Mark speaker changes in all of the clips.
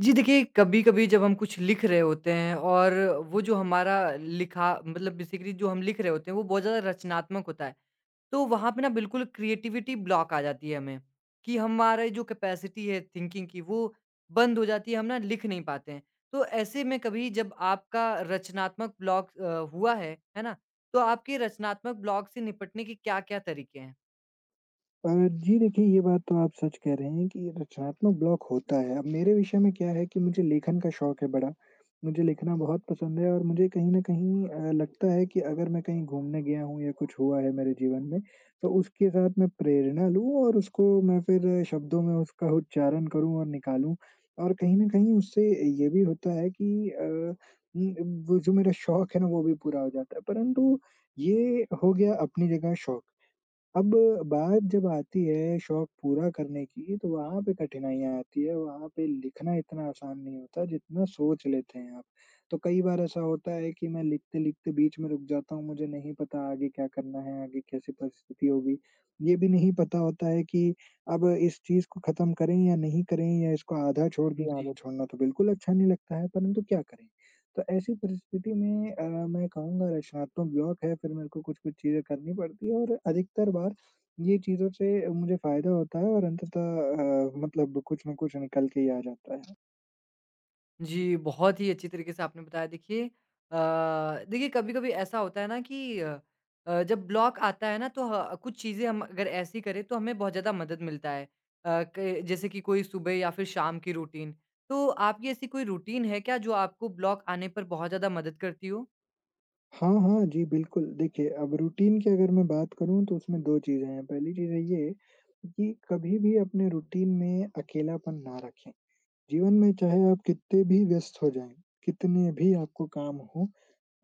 Speaker 1: जी देखिए, कभी-कभी जब हम कुछ लिख रहे होते हैं और वो जो हमारा लिखा मतलब बेसिकली जो हम लिख रहे होते हैं वो बहुत ज़्यादा रचनात्मक होता है। तो वहाँ पे ना बिल्कुल क्रिएटिविटी ब्लॉक आ जाती है हमें, कि हमारी जो कैपेसिटी है थिंकिंग की वो बंद हो जाती है, हम ना लिख नहीं पाते हैं। तो ऐसे में कभी जब आपका रचनात्मक ब्लॉक हुआ है ना? तो आपके रचनात्मक ब्लॉक से निपटने के क्या-क्या तरीके हैं?
Speaker 2: अ, जी देखिए, ये बात तो आप सच कह रहे हैं कि रचनात्मक ब्लॉक होता है। अब मेरे विषय में क्या है कि मुझे लेखन का शौक है बड़ा, मुझे लिखना बहुत पसंद है और मुझे कहीं न कहीं लगता है कि अगर मैं कहीं घूमने गया हूँ या कुछ हुआ है मेरे जीवन में, तो उसके साथ मैं प्रेरणा लूँ और उसको मैं फिर शब्दों में उसका उच्चारण करूँ और निकालूँ। और कहीं न कहीं उससे ये भी होता है कि वो जो मेरा शौक है ना, वो भी पूरा हो जाता है। परंतु ये हो गया अपनी जगह शौक। अब बात जब आती है शौक पूरा करने की, तो वहाँ पे कठिनाइयाँ आती है, वहाँ पे लिखना इतना आसान नहीं होता जितना सोच लेते हैं आप। तो कई बार ऐसा होता है कि मैं लिखते-लिखते बीच में रुक जाता हूँ, मुझे नहीं पता आगे क्या करना है, आगे कैसी परिस्थिति होगी। ये भी नहीं पता होता है कि अब इस चीज़ को खत्म करें या नहीं करें या इसको आधा छोड़ दें, आधा
Speaker 1: जी।
Speaker 2: छोड़ना तो बिल्कुल अच्छा नहीं लगता है, परंतु क्या करें? तो ऐसी परिस्थिति में मैं कहूँगा रचनात्मक ब्लॉक है, फिर मेरे को कुछ-कुछ चीज़ें करनी पड़ती है और अधिकतर बार ये चीज़ों से मुझे फ़ायदा होता है और अंततः मतलब कुछ न कुछ निकल के ही आ जाता है।
Speaker 1: जी, बहुत ही अच्छी तरीके से आपने बताया। देखिए अ, देखिए कभी-कभी ऐसा होता है ना कि जब ब्लॉक आता है ना तो ह कुछ चीज़ें हम अगर ऐसी करें तो हमें बहुत ज़्यादा मदद मिलता है। क जैसे कि कोई सुबह या फिर शाम की रूटीन। तो आपकी ऐसी कोई रूटीन है क्या जो आपको ब्लॉक आने पर बहुत ज़्यादा मदद करती हो?
Speaker 2: हाँ, हाँ, जी, बिल्कुल। देखिए, अब रूटीन की अगर मैं बात करूँ तो उसमें 2 चीज़ें हैं। पहली चीज़ है ये कि कभी भी अपने रूटीन में अकेलापन ना रखें। जीवन में चाहे आप कितने भी व्यस्त हो जाएँ, कितने भी आपको काम हों,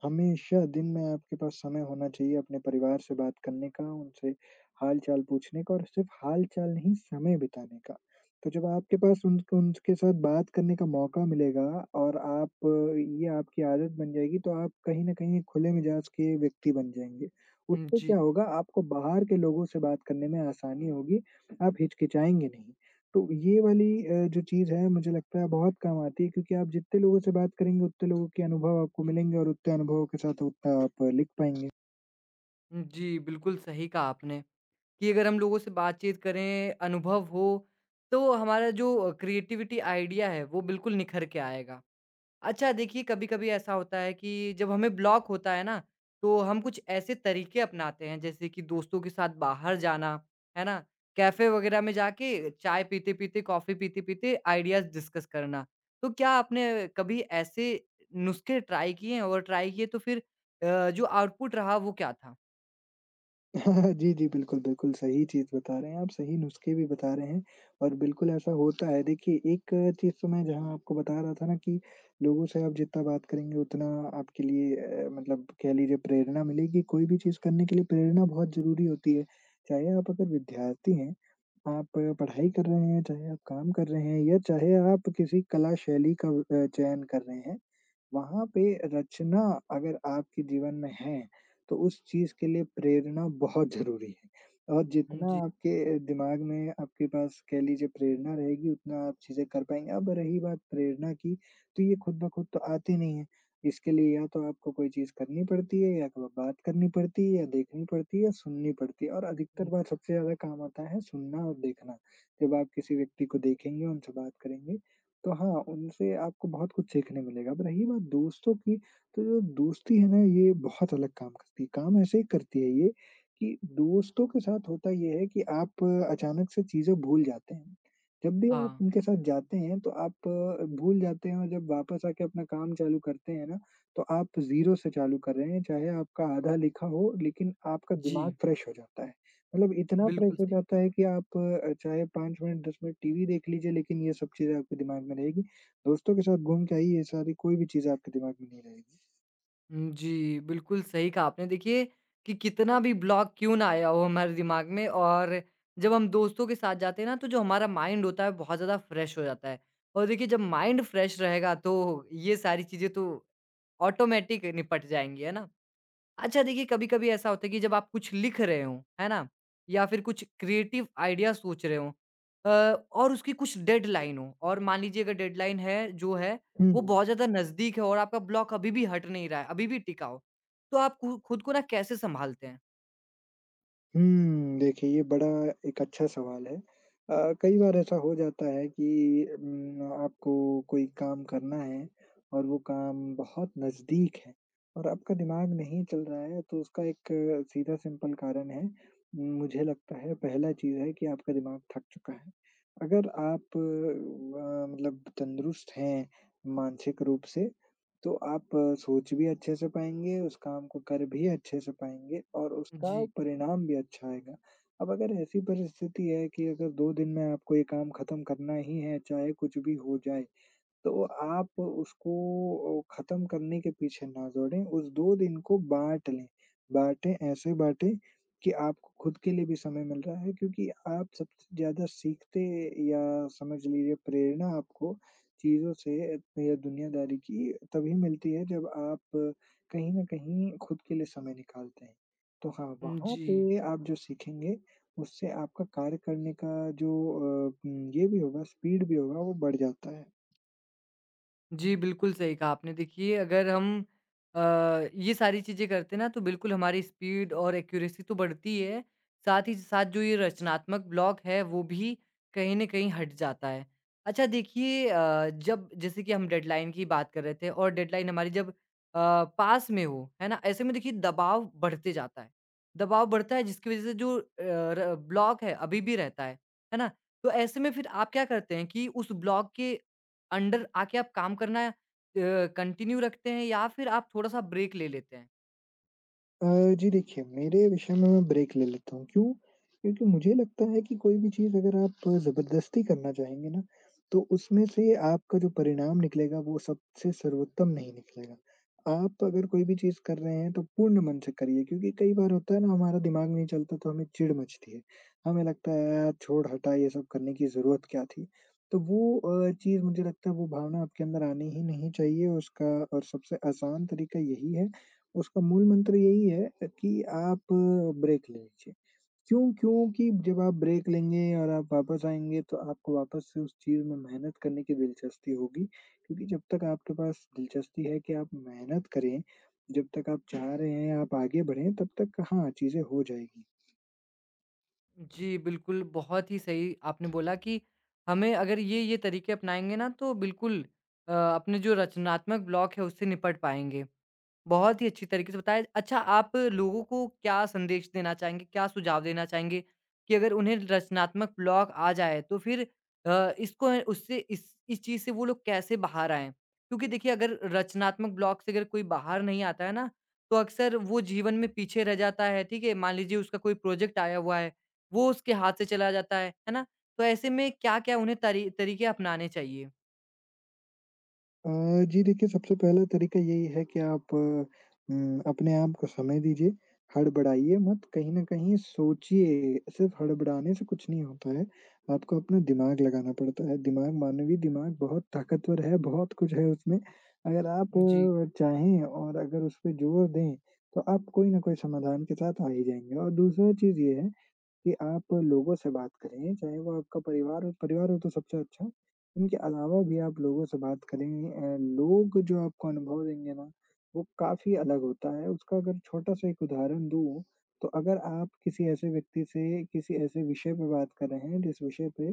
Speaker 2: हमेशा दिन में आपके पास समय होना चाहिए अपने परिवार से बात करने का, उनसे हाल-चाल पूछने का और सिर्फ़ हाल-चाल नहीं, समय बिताने का। तो जब आपके पास उनको उनके साथ बात करने का मौका मिलेगा और आप ये आपकी आदत बन जाएगी, तो आप कहीं न कहीं एक खुले मिजाज के व्यक्ति बन जाएँगे। उससे
Speaker 1: जी।
Speaker 2: क्या होगा, आपको बाहर के लोगों से बात करने में आसानी होगी, आप हिचकिचाएँगे नहीं। तो ये वाली जो चीज़ है मुझे लगता है बहुत काम आती है क्योंकि आप जितने लोगों से बात करेंगे उतने लोगों के अनुभव आपको मिलेंगे और उतने अनुभवों के साथ उतना आप लिख पाएँगे।
Speaker 1: जी, बिल्कुल सही कहा आपने कि अगर हम लोगों से बातचीत करें, अनुभव हो, तो हमारा जो क्रिएटिविटी आइडिया है वो बिल्कुल निखर के आएगा। अच्छा देखिए, कभी-कभी ऐसा होता है कि जब हमें ब्लॉक होता है ना, तो हम कुछ ऐसे तरीके अपनाते हैं जैसे कि दोस्तों के साथ बाहर जाना, है ना? कैफ़े वग़ैरह में जाके चाय पीते-पीते, कॉफ़ी पीते-पीते आइडियाज़ डिस्कस करना। तो क्या आपने कभी ऐसे नुस्खे ट्राई किए हैं और ट्राई किए तो फिर जो आउटपुट रहा वो क्या था?
Speaker 2: जी, जी, बिल्कुल, बिल्कुल सही चीज़ बता रहे हैं आप, सही नुस्खे भी बता रहे हैं और बिल्कुल ऐसा होता है। देखिए एक चीज़ तो मैं जहाँ आपको बता रहा था ना कि लोगों से आप जितना बात करेंगे उतना आपके लिए मतलब कह लीजिए प्रेरणा मिलेगी। कोई भी चीज़ करने के लिए प्रेरणा बहुत ज़रूरी होती है। चाहे आप अगर विद्यार्थी हैं आप पढ़ाई कर रहे हैं, चाहे आप काम कर रहे हैं या चाहे आप किसी कला शैली का चयन कर रहे हैं, वहाँ पे रचना अगर आपके जीवन में है, तो उस चीज़ के लिए प्रेरणा बहुत ज़रूरी है और
Speaker 1: हुँ,
Speaker 2: जितना
Speaker 1: जी।
Speaker 2: आपके दिमाग में आपके पास कह लीजिए प्रेरणा रहेगी, उतना आप चीज़ें कर पाएँगे। अब रही बात प्रेरणा की, तो ये खुद ब खुद तो आती नहीं है। इसके लिए या तो आपको कोई चीज़ करनी पड़ती है या तो बात करनी पड़ती है या देखनी पड़ती है या सुननी पड़ती है और अधिकतर
Speaker 1: हुँ,
Speaker 2: बार सबसे ज़्यादा काम आता है सुनना और देखना। जब आप किसी व्यक्ति को देखेंगे, उनसे बात करेंगे, तो हाँ, उनसे आपको बहुत कुछ सीखने मिलेगा। अब रही बात दोस्तों की, तो जो दोस्ती है ना ये बहुत अलग काम करती है। काम ऐसे ही करती है ये कि दोस्तों के साथ होता ये है कि आप अचानक से चीज़ें भूल जाते हैं। जब भी आप
Speaker 1: हाँ।
Speaker 2: उनके साथ जाते हैं तो आप भूल जाते हैं और जब वापस आके अपना काम चालू करते हैं ना, तो आप ज़ीरो से चालू कर रहे हैं, चाहे आपका आधा लिखा हो लेकिन आपका दिमाग
Speaker 1: जी,
Speaker 2: फ्रेश हो जाता है। मतलब इतना फ्रेश
Speaker 1: बिल्कुल
Speaker 2: हो
Speaker 1: सही।
Speaker 2: जाता है कि आप चाहे 5 मिनट 10 मिनट टीवी देख लीजिए लेकिन ये सब चीज़ें आपके दिमाग में रहेगी। दोस्तों के साथ घूम के आइए ये सारी कोई भी चीज़ आपके दिमाग में नहीं रहेगी।
Speaker 1: हुँ, जी, बिल्कुल सही कहा आपने। देखिए कि कितना भी ब्लॉक क्यों ना आया हो हमारे दिमाग में और जब हम दोस्तों के साथ जाते हैं ना, तो जो हमारा माइंड होता है, बहुत ज़्यादा फ्रेश हो जाता है। और देखिए जब माइंड फ्रेश रहेगा, तो ये सारी चीज़ें तो ऑटोमेटिक निपट जाएँगी, है ना? अच्छा देखिए, कभी-कभी ऐसा होता है कि जब आप कुछ लिख रहे हो, है ना? या फिर कुछ क्रिएटिव आइडिया सोच रहे हो अ, और उसकी कुछ डेडलाइन हो और मान लीजिए अगर डेडलाइन है, जो है,
Speaker 2: हुँ,
Speaker 1: वो
Speaker 2: हुँ।
Speaker 1: बहुत ज़्यादा नज़दीक है और आपका ब्लॉक अभी भी हट नहीं रहा है, अभी भी टिका हो, तो आप खु खुद को ना कैसे सँभालते हैं?
Speaker 2: हुँ, देखिए ये बड़ा एक अच्छा सवाल है। कई बार ऐसा हो जाता है कि आपको कोई काम करना है और वो काम बहुत नज़दीक है और आपका दिमाग नहीं चल रहा है तो उसका एक सीधा सिंपल कारण है, मुझे लगता है पहला चीज़ है कि आपका दिमाग थक चुका है। अगर आप मतलब तंदुरुस्त हैं मानसिक रूप से तो आप सोच भी अच्छे से पाएँगे, उस काम को कर भी अच्छे से पाएँगे और उसका
Speaker 1: जी।
Speaker 2: परिणाम भी अच्छा आएगा। अब अगर ऐसी परिस्थिति है कि अगर 2 दिन में आपको ये काम खत्म करना ही है, चाहे कुछ भी हो जाए, तो आप उसको ख़त्म करने के पीछे ना दौड़ें, उस 2 दिन को बाँट लें। बाँटें, ऐसे बाँटें कि आपको खुद के लिए भी समय मिल रहा है क्योंकि आप सबसे ज़्यादा सीखते या समझ लीजिए प्रेरणा आपको चीज़ों से या दुनियादारी की तभी मिलती है जब आप कहीं न कहीं खुद के लिए समय निकालते हैं। तो हाँ,
Speaker 1: हुँ,
Speaker 2: वहाँ
Speaker 1: जी।
Speaker 2: पे आप जो सीखेंगे उससे आपका कार्य करने का जो ये भी होगा स्पीड भी होगा वो बढ़ जाता है।
Speaker 1: जी, बिल्कुल सही कहा आपने। देखिए अगर हम अ, ये सारी चीज़ें करते हैं ना तो बिल्कुल हमारी स्पीड और एक्यूरेसी तो बढ़ती है, साथ ही साथ जो ये रचनात्मक ब्लॉक है वो भी कहीं न कहीं हट जाता है। अच्छा देखिए जब जैसे कि हम डेडलाइन की बात कर रहे थे और डेडलाइन हमारी जब पास में हो, है ना? ऐसे में देखिए दबाव बढ़ते जाता है। दबाव बढ़ता है जिसकी वज़ह से जो र ब्लॉक है अभी भी रहता है ना? तो ऐसे में फिर आप क्या करते हैं कि उस ब्लॉक के अंडर आके आप काम करना कंटिन्यू रखते हैं या फिर आप थोड़ा-सा ब्रेक ले लेते हैं?
Speaker 2: अ, जी देखिए, मेरे विषय में मैं ब्रेक ले लेता हूँ, क्यों? क्योंकि मुझे लगता है कि कोई भी चीज़ अगर आप ज़बरदस्ती करना चाहेंगे ना, तो उसमें से आपका जो परिणाम निकलेगा वो सबसे सर्वोत्तम नहीं निकलेगा। आप अगर कोई भी चीज़ कर रहे हैं तो पूर्ण मन से करिए क्योंकि कई बार होता है ना हमारा दिमाग नहीं चलता तो हमें चिढ़ मचती है। हमें लगता है यार छोड़ हटा ये सब करने की ज़रूरत क्या थी? तो वो चीज़ मुझे लगता है वो भावना आपके अंदर आनी ही नहीं चाहिए उसका और सबसे आसान तरीका यही है उसका मूल मंत्र यही है कि आप ब्रेक ले लीजिए। क्यों? क्योंकि जब आप ब्रेक लेंगे और आप वापस आएँगे तो आपको वापस से उस चीज़ में मेहनत करने की दिलचस्पी होगी, क्योंकि जब तक आपके पास दिलचस्पी है कि आप मेहनत करें, जब तक आप चाह रहे हैं, आप आगे बढ़ें, तब तक हाँ, चीज़ें हो जाएगी।
Speaker 1: जी, बिल्कुल, बहुत ही सही आपने बोला कि हमें अगर ये, ये तरीके अपनाएँगे ना तो बिल्कुल अपने जो रचनात्मक ब्लॉक है उससे निपट पाएँगे। बहुत ही अच्छी तरीके से बताया। अच्छा आप लोगों को क्या संदेश देना चाहेंगे, क्या सुझाव देना चाहेंगे कि अगर उन्हें रचनात्मक ब्लॉक आ जाए तो फिर इसको उससे इस चीज़ से वो लोग कैसे बाहर आएँ? क्योंकि देखिए अगर रचनात्मक ब्लॉक से अगर कोई बाहर नहीं आता है ना, तो अक्सर वो जीवन में पीछे रह जाता है, ठीक है? मान लीजिए उसका कोई प्रोजेक्ट आया हुआ है, वो उसके हाथ से चला जाता है ना? तो ऐसे में क्या-क्या उन्हें तरी तरीके अपनाने चाहिए?
Speaker 2: अ, जी देखिए, सबसे पहला तरीका यही है कि आप अपने आप को समय दीजिए, हड़बड़ाइए मत, कहीं न कहीं सोचिए, सिर्फ़ हड़बड़ाने से कुछ नहीं होता है, आपको अपना दिमाग लगाना पड़ता है। दिमाग मानवीय दिमाग बहुत ताकतवर है, बहुत कुछ है उसमें। अगर आप
Speaker 1: जी।
Speaker 2: चाहें और अगर उस पे ज़ोर दें, तो आप कोई न कोई समाधान के साथ आ ही जाएँगे और दूसरा चीज़ ये है कि आप लोगों से बात करें, चाहे वो आपका परिवार हो तो सबसे अच्छा, उनके अलावा भी आप लोगों से बात करें लोग जो आपको अनुभव देंगे ना, वो काफ़ी अलग होता है। उसका अगर छोटा-सा एक उदाहरण दूँ, तो अगर आप किसी ऐसे व्यक्ति से किसी ऐसे विषय पे बात कर रहे हैं, जिस विषय पे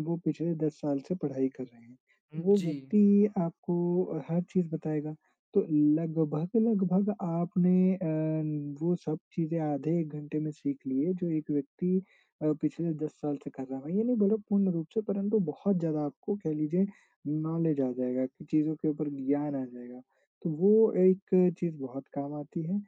Speaker 2: वो पिछले 10 साल से पढ़ाई कर रहे हैं, तो वो
Speaker 1: जी।
Speaker 2: व्यक्ति आपको हर चीज़ बताएगा। तो लगभग-लगभग आपने वो सब चीज़ें आधे 1 घंटे में सीख ली है, जो एक व्यक्ति पिछले 10 साल से कर रहा है। मैं ये नहीं बोल रहा पूर्ण रूप से, परंतु बहुत ज़्यादा आपको कह लीजिए नॉलेज आ जाएगा कि चीज़ों के ऊपर ज्ञान आ जाएगा। तो वो एक चीज़ बहुत काम आती है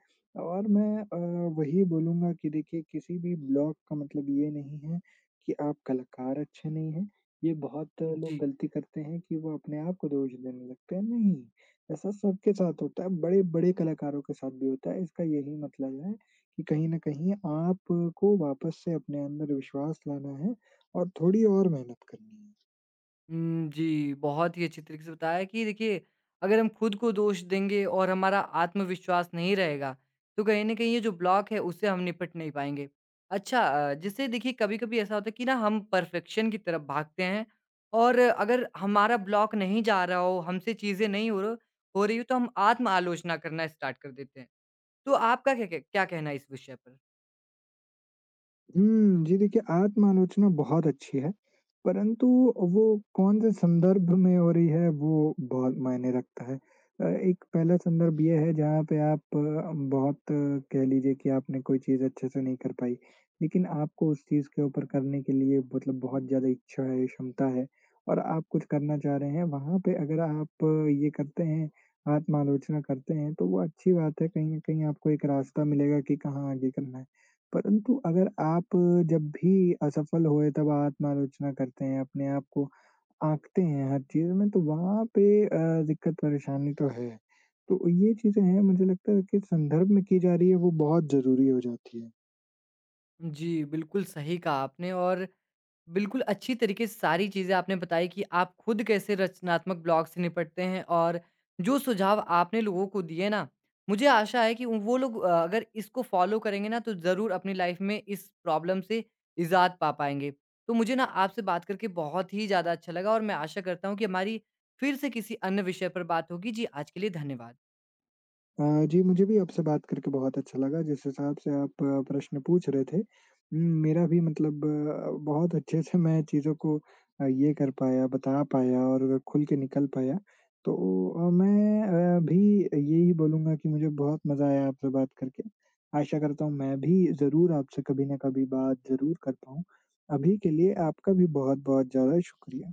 Speaker 2: और मैं वही बोलूँगा कि देखिए किसी भी ब्लॉक का मतलब ये नहीं है कि आप कलाकार अच्छे नहीं हैं। ये बहुत लोग
Speaker 1: जी।
Speaker 2: गलती करते हैं कि वो अपने आप को दोष देने लगते हैं, नहीं। ऐसा सबके साथ होता है, बड़े-बड़े कलाकारों के साथ भी होता है, इसका यही मतलब है कि कहीं न कहीं आपको वापस से अपने अंदर विश्वास लाना है और थोड़ी और मेहनत करनी है।
Speaker 1: हुँ, जी, बहुत ही अच्छी तरीके से बताया कि देखिए, अगर हम खुद को दोष देंगे और हमारा आत्मविश्वास नहीं रहेगा, तो कहीं न कहीं ये जो ब्लॉक है, उससे हम निपट नहीं पाएँगे। अच्छा जैसे देखिए कभी-कभी ऐसा होता है कि ना हम परफ़ेक्शन की तरफ भागते हैं और अगर हमारा ब्लॉक नहीं जा रहा हो, हमसे चीज़ें नहीं हो र हो रही हो, तो हम आत्म-आलोचना करना स्टार्ट कर देते हैं। तो आपका क्या क क्या कहना है इस विषय पर?
Speaker 2: हुँ, जी देखिए आत्म-आलोचना बहुत अच्छी है, परंतु वो कौन-से संदर्भ में हो रही है वो बहुत मायने रखता है। एक पहला संदर्भ ये है जहाँ पे आप बहुत अ, कह लीजिए कि आपने कोई चीज़ अच्छे से नहीं कर पाई, लेकिन आपको उस चीज़ के ऊपर करने के लिए मतलब बहुत ज़्यादा इच्छा है, क्षमता है और आप कुछ करना चाह रहे हैं, वहाँ पे अगर आप ये करते हैं, आत्म-आलोचना करते हैं तो वो अच्छी बात है, कहीं न कहीं आपको एक रास्ता मिलेगा कि कहाँ आगे करना है। परंतु अगर आप जब भी असफल हुए तब आत्म-आलोचना करते हैं, अपने आप को आँकते हैं हर चीज़ में तो वहाँ पे दिक्कत परेशानी तो है। तो ये चीज़ें हैं मुझे लगता है किस संदर्भ में की जा रही है वो बहुत ज़रूरी हो जाती है।
Speaker 1: जी, बिल्कुल सही कहा आपने और बिल्कुल, अच्छी तरीके से सारी चीज़ें आपने बताई कि आप खुद कैसे रचनात्मक ब्लॉक से निपटते हैं और जो सुझाव आपने लोगों को दिए ना, मुझे आशा है कि उन- वो लोग अगर इसको फ़ॉलो करेंगे ना, तो ज़रूर अपनी लाइफ़ में इस प्रॉब्लम से निजात पा पाएँगे। तो मुझे ना आपसे बात करके बहुत ही ज़्यादा अच्छा लगा और मैं आशा करता हूँ कि हमारी फिर से किसी अन्य विषय पर बात होगी। जी, आज के लिए धन्यवाद।
Speaker 2: अ, जी, मुझे भी आपसे बात करके बहुत अच्छा लगा, जिस हिसाब से आप प्रश्न पूछ रहे थे, मेरा भी मतलब बहुत अच्छे से मैं चीज़ों को ये कर पाया, बता पाया और खुल के निकल पाया। तो मैं भी यही बोलूँगा कि मुझे बहुत मज़ा आया आपसे बात करके। आशा करता हूँ मैं भी ज़रूर आपसे कभी न कभी बात ज़रूर कर पाऊँ। अभी के लिए आपका भी बहुत-बहुत ज़्यादा शुक्रिया।